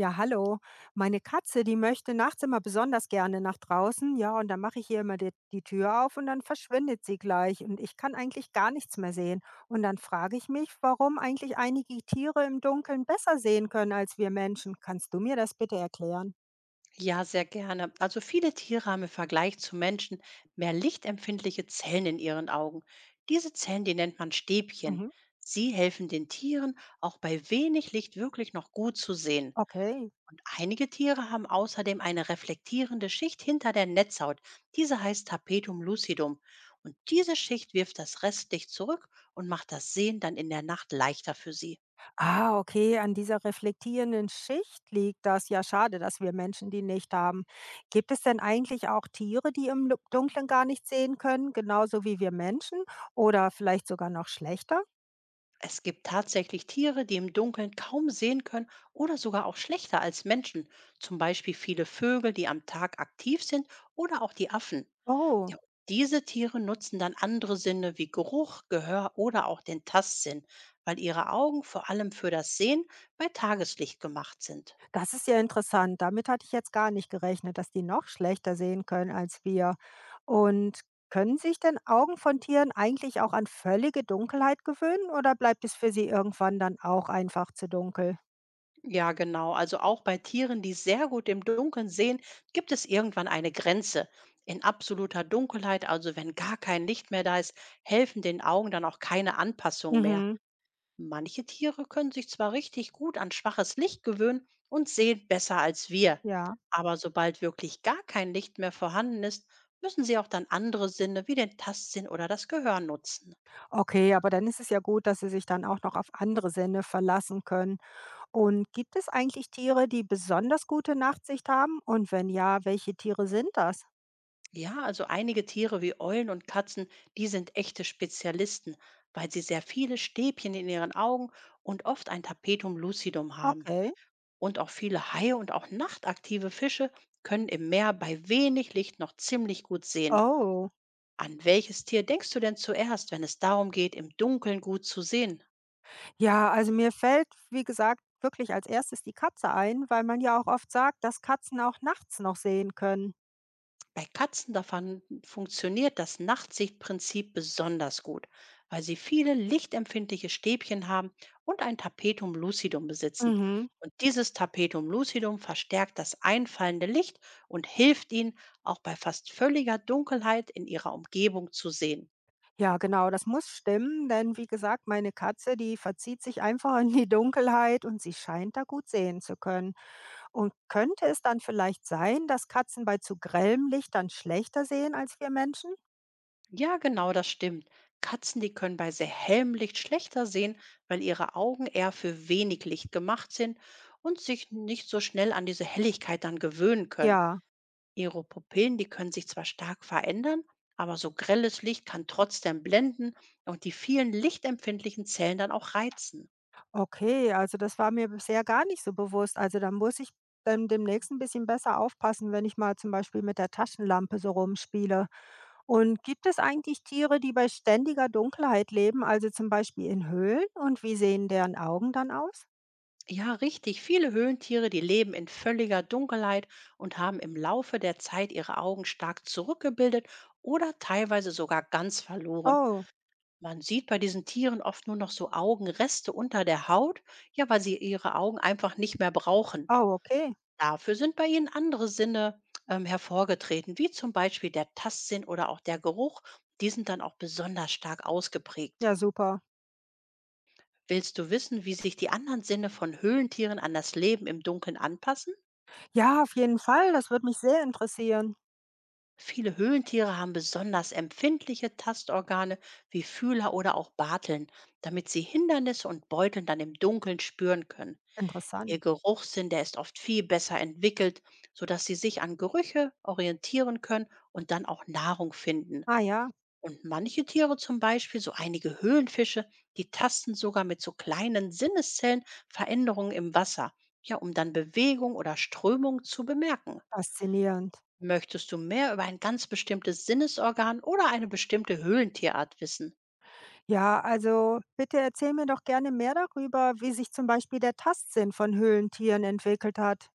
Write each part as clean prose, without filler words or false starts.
Ja, hallo. Meine Katze, die möchte nachts immer besonders gerne nach draußen. Ja, und dann mache ich hier immer die Tür auf und dann verschwindet sie gleich und ich kann eigentlich gar nichts mehr sehen. Und dann frage ich mich, warum eigentlich einige Tiere im Dunkeln besser sehen können als wir Menschen. Kannst du mir das bitte erklären? Ja, sehr gerne. Also viele Tiere haben im Vergleich zu Menschen mehr lichtempfindliche Zellen in ihren Augen. Diese Zellen, die nennt man Stäbchen. Mhm. Sie helfen den Tieren, auch bei wenig Licht wirklich noch gut zu sehen. Okay. Und einige Tiere haben außerdem eine reflektierende Schicht hinter der Netzhaut. Diese heißt Tapetum lucidum. Und diese Schicht wirft das Restlicht zurück und macht das Sehen dann in der Nacht leichter für sie. Ah, okay, an dieser reflektierenden Schicht liegt das. Ja, schade, dass wir Menschen die nicht haben. Gibt es denn eigentlich auch Tiere, die im Dunkeln gar nicht sehen können, genauso wie wir Menschen oder vielleicht sogar noch schlechter? Es gibt tatsächlich Tiere, die im Dunkeln kaum sehen können oder sogar auch schlechter als Menschen. Zum Beispiel viele Vögel, die am Tag aktiv sind oder auch die Affen. Ja, Oh, und diese Tiere nutzen dann andere Sinne wie Geruch, Gehör oder auch den Tastsinn, weil ihre Augen vor allem für das Sehen bei Tageslicht gemacht sind. das ist ja interessant. Damit hatte ich jetzt gar nicht gerechnet, dass die noch schlechter sehen können als wir. Und können sich denn Augen von Tieren eigentlich auch an völlige Dunkelheit gewöhnen oder bleibt es für sie irgendwann dann auch einfach zu dunkel? Ja, genau. Also auch bei Tieren, die sehr gut im Dunkeln sehen, gibt es irgendwann eine Grenze. In absoluter Dunkelheit, also wenn gar kein Licht mehr da ist, helfen den Augen dann auch keine Anpassungen mehr. Mhm, Manche Tiere können sich zwar richtig gut an schwaches Licht gewöhnen und sehen besser als wir, ja. aber sobald wirklich gar kein Licht mehr vorhanden ist, müssen sie auch dann andere Sinne wie den Tastsinn oder das Gehör nutzen. Okay, aber dann ist es ja gut, dass Sie sich dann auch noch auf andere Sinne verlassen können. Und gibt es eigentlich Tiere, die besonders gute Nachtsicht haben? Und wenn ja, welche Tiere sind das? Ja, also einige Tiere wie Eulen und Katzen, die sind echte Spezialisten, weil sie sehr viele Stäbchen in ihren Augen und oft ein Tapetum lucidum haben. Okay. Und auch viele Haie und auch nachtaktive Fische können im Meer bei wenig Licht noch ziemlich gut sehen. Oh. An welches Tier denkst du denn zuerst, wenn es darum geht, im Dunkeln gut zu sehen? Ja, also mir fällt, wie gesagt, wirklich als erstes die Katze ein, weil man ja auch oft sagt, dass Katzen auch nachts noch sehen können. Bei Katzen, da funktioniert das Nachtsichtprinzip besonders gut, weil sie viele lichtempfindliche Stäbchen haben und ein Tapetum lucidum besitzen. Mhm. Und dieses Tapetum lucidum verstärkt das einfallende Licht und hilft ihnen, auch bei fast völliger Dunkelheit in ihrer Umgebung zu sehen. Ja, genau, das muss stimmen, denn wie gesagt, meine Katze, die verzieht sich einfach in die Dunkelheit und sie scheint da gut sehen zu können. Und könnte es dann vielleicht sein, dass Katzen bei zu grellem Licht dann schlechter sehen als wir Menschen? Ja, genau, das stimmt. Katzen, die können bei sehr hellem Licht schlechter sehen, weil ihre Augen eher für wenig Licht gemacht sind und sich nicht so schnell an diese Helligkeit dann gewöhnen können. Ja, Ihre Pupillen, die können sich zwar stark verändern, aber so grelles Licht kann trotzdem blenden und die vielen lichtempfindlichen Zellen dann auch reizen. okay, also das war mir bisher gar nicht so bewusst. Also da muss ich dann demnächst ein bisschen besser aufpassen, wenn ich mal zum Beispiel mit der Taschenlampe so rumspiele. Und gibt es eigentlich Tiere, die bei ständiger Dunkelheit leben, also zum Beispiel in Höhlen? Und wie sehen deren Augen dann aus? Ja, richtig. Viele Höhlentiere, die leben in völliger Dunkelheit und haben im Laufe der Zeit ihre Augen stark zurückgebildet oder teilweise sogar ganz verloren. Oh, Man sieht bei diesen Tieren oft nur noch so Augenreste unter der Haut, ja, weil sie ihre Augen einfach nicht mehr brauchen. oh, okay. Dafür sind bei ihnen andere Sinne hervorgetreten, wie zum Beispiel der Tastsinn oder auch der Geruch. Die sind dann auch besonders stark ausgeprägt. Ja, super. Willst du wissen, wie sich die anderen Sinne von Höhlentieren an das Leben im Dunkeln anpassen? Ja, auf jeden Fall. Das würde mich sehr interessieren. Viele Höhlentiere haben besonders empfindliche Tastorgane wie Fühler oder auch Barteln, damit sie Hindernisse und Beuteln dann im Dunkeln spüren können. Interessant. Ihr Geruchssinn, der ist oft viel besser entwickelt, sodass sie sich an Gerüche orientieren können und dann auch Nahrung finden. Ah ja, Und manche Tiere zum Beispiel, so einige Höhlenfische, die tasten sogar mit so kleinen Sinneszellen Veränderungen im Wasser, ja, um dann Bewegung oder Strömung zu bemerken. faszinierend. Möchtest du mehr über ein ganz bestimmtes Sinnesorgan oder eine bestimmte Höhlentierart wissen? Ja, also bitte erzähl mir doch gerne mehr darüber, wie sich zum Beispiel der Tastsinn von Höhlentieren entwickelt hat.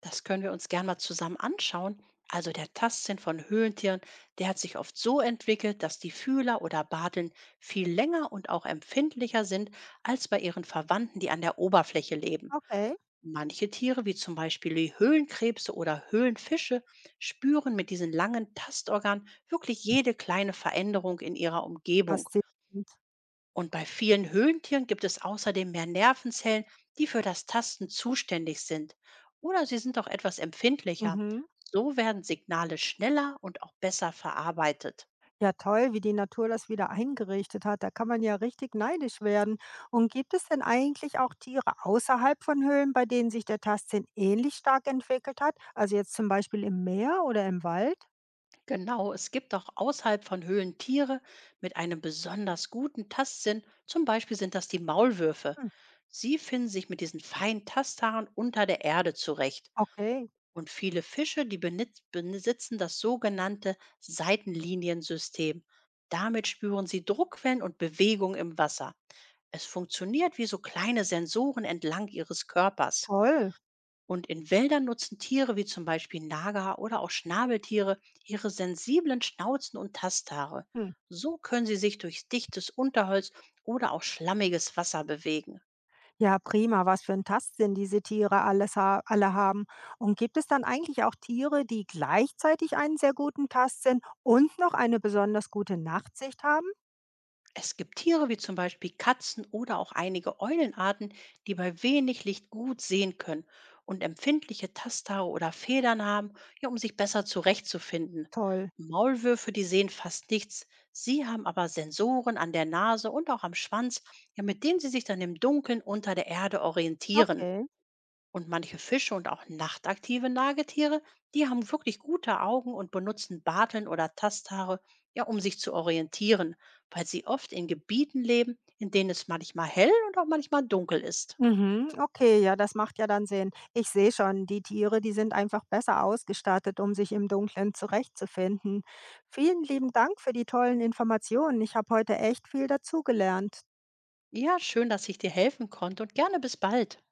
Das können wir uns gerne mal zusammen anschauen. Also der Tastsinn von Höhlentieren, der hat sich oft so entwickelt, dass die Fühler oder Barteln viel länger und auch empfindlicher sind als bei ihren Verwandten, die an der Oberfläche leben. Okay. Manche Tiere, wie zum Beispiel die Höhlenkrebse oder Höhlenfische, spüren mit diesen langen Tastorganen wirklich jede kleine Veränderung in ihrer Umgebung. Faszinierend. Und bei vielen Höhlentieren gibt es außerdem mehr Nervenzellen, die für das Tasten zuständig sind. Oder sie sind auch etwas empfindlicher. Mhm. So werden Signale schneller und auch besser verarbeitet. Ja, toll, wie die Natur das wieder eingerichtet hat. Da kann man ja richtig neidisch werden. Und gibt es denn eigentlich auch Tiere außerhalb von Höhlen, bei denen sich der Tastsinn ähnlich stark entwickelt hat? Also jetzt zum Beispiel im Meer oder im Wald? Genau, es gibt auch außerhalb von Höhlen Tiere mit einem besonders guten Tastsinn. Zum Beispiel sind das die Maulwürfe. Hm, Sie finden sich mit diesen feinen Tasthaaren unter der Erde zurecht. okay, Und viele Fische, die besitzen das sogenannte Seitenliniensystem. Damit spüren sie Druckwellen und Bewegung im Wasser. Es funktioniert wie so kleine Sensoren entlang ihres Körpers. toll. Und in Wäldern nutzen Tiere wie zum Beispiel Nager oder auch Schnabeltiere ihre sensiblen Schnauzen und Tasthaare. So können sie sich durch dichtes Unterholz oder auch schlammiges Wasser bewegen. Ja, prima. Was für ein Tastsinn diese Tiere alles ha alle haben. Und gibt es dann eigentlich auch Tiere, die gleichzeitig einen sehr guten Tastsinn und noch eine besonders gute Nachtsicht haben? Es gibt Tiere wie zum Beispiel Katzen oder auch einige Eulenarten, die bei wenig Licht gut sehen können und empfindliche Tasthaare oder Federn haben, ja, um sich besser zurechtzufinden. Toll. Maulwürfe, die sehen fast nichts. Sie haben aber Sensoren an der Nase und auch am Schwanz, ja, mit denen sie sich dann im Dunkeln unter der Erde orientieren. Okay. Und manche Fische und auch nachtaktive Nagetiere, die haben wirklich gute Augen und benutzen Barteln oder Tasthaare, ja, um sich zu orientieren, weil sie oft in Gebieten leben, in denen es manchmal hell und auch manchmal dunkel ist. Mhm. Okay, ja, das macht ja dann Sinn. Ich sehe schon, die Tiere, die sind einfach besser ausgestattet, um sich im Dunkeln zurechtzufinden. Vielen lieben Dank für die tollen Informationen. Ich habe heute echt viel dazugelernt. Ja, schön, dass ich dir helfen konnte und gerne bis bald.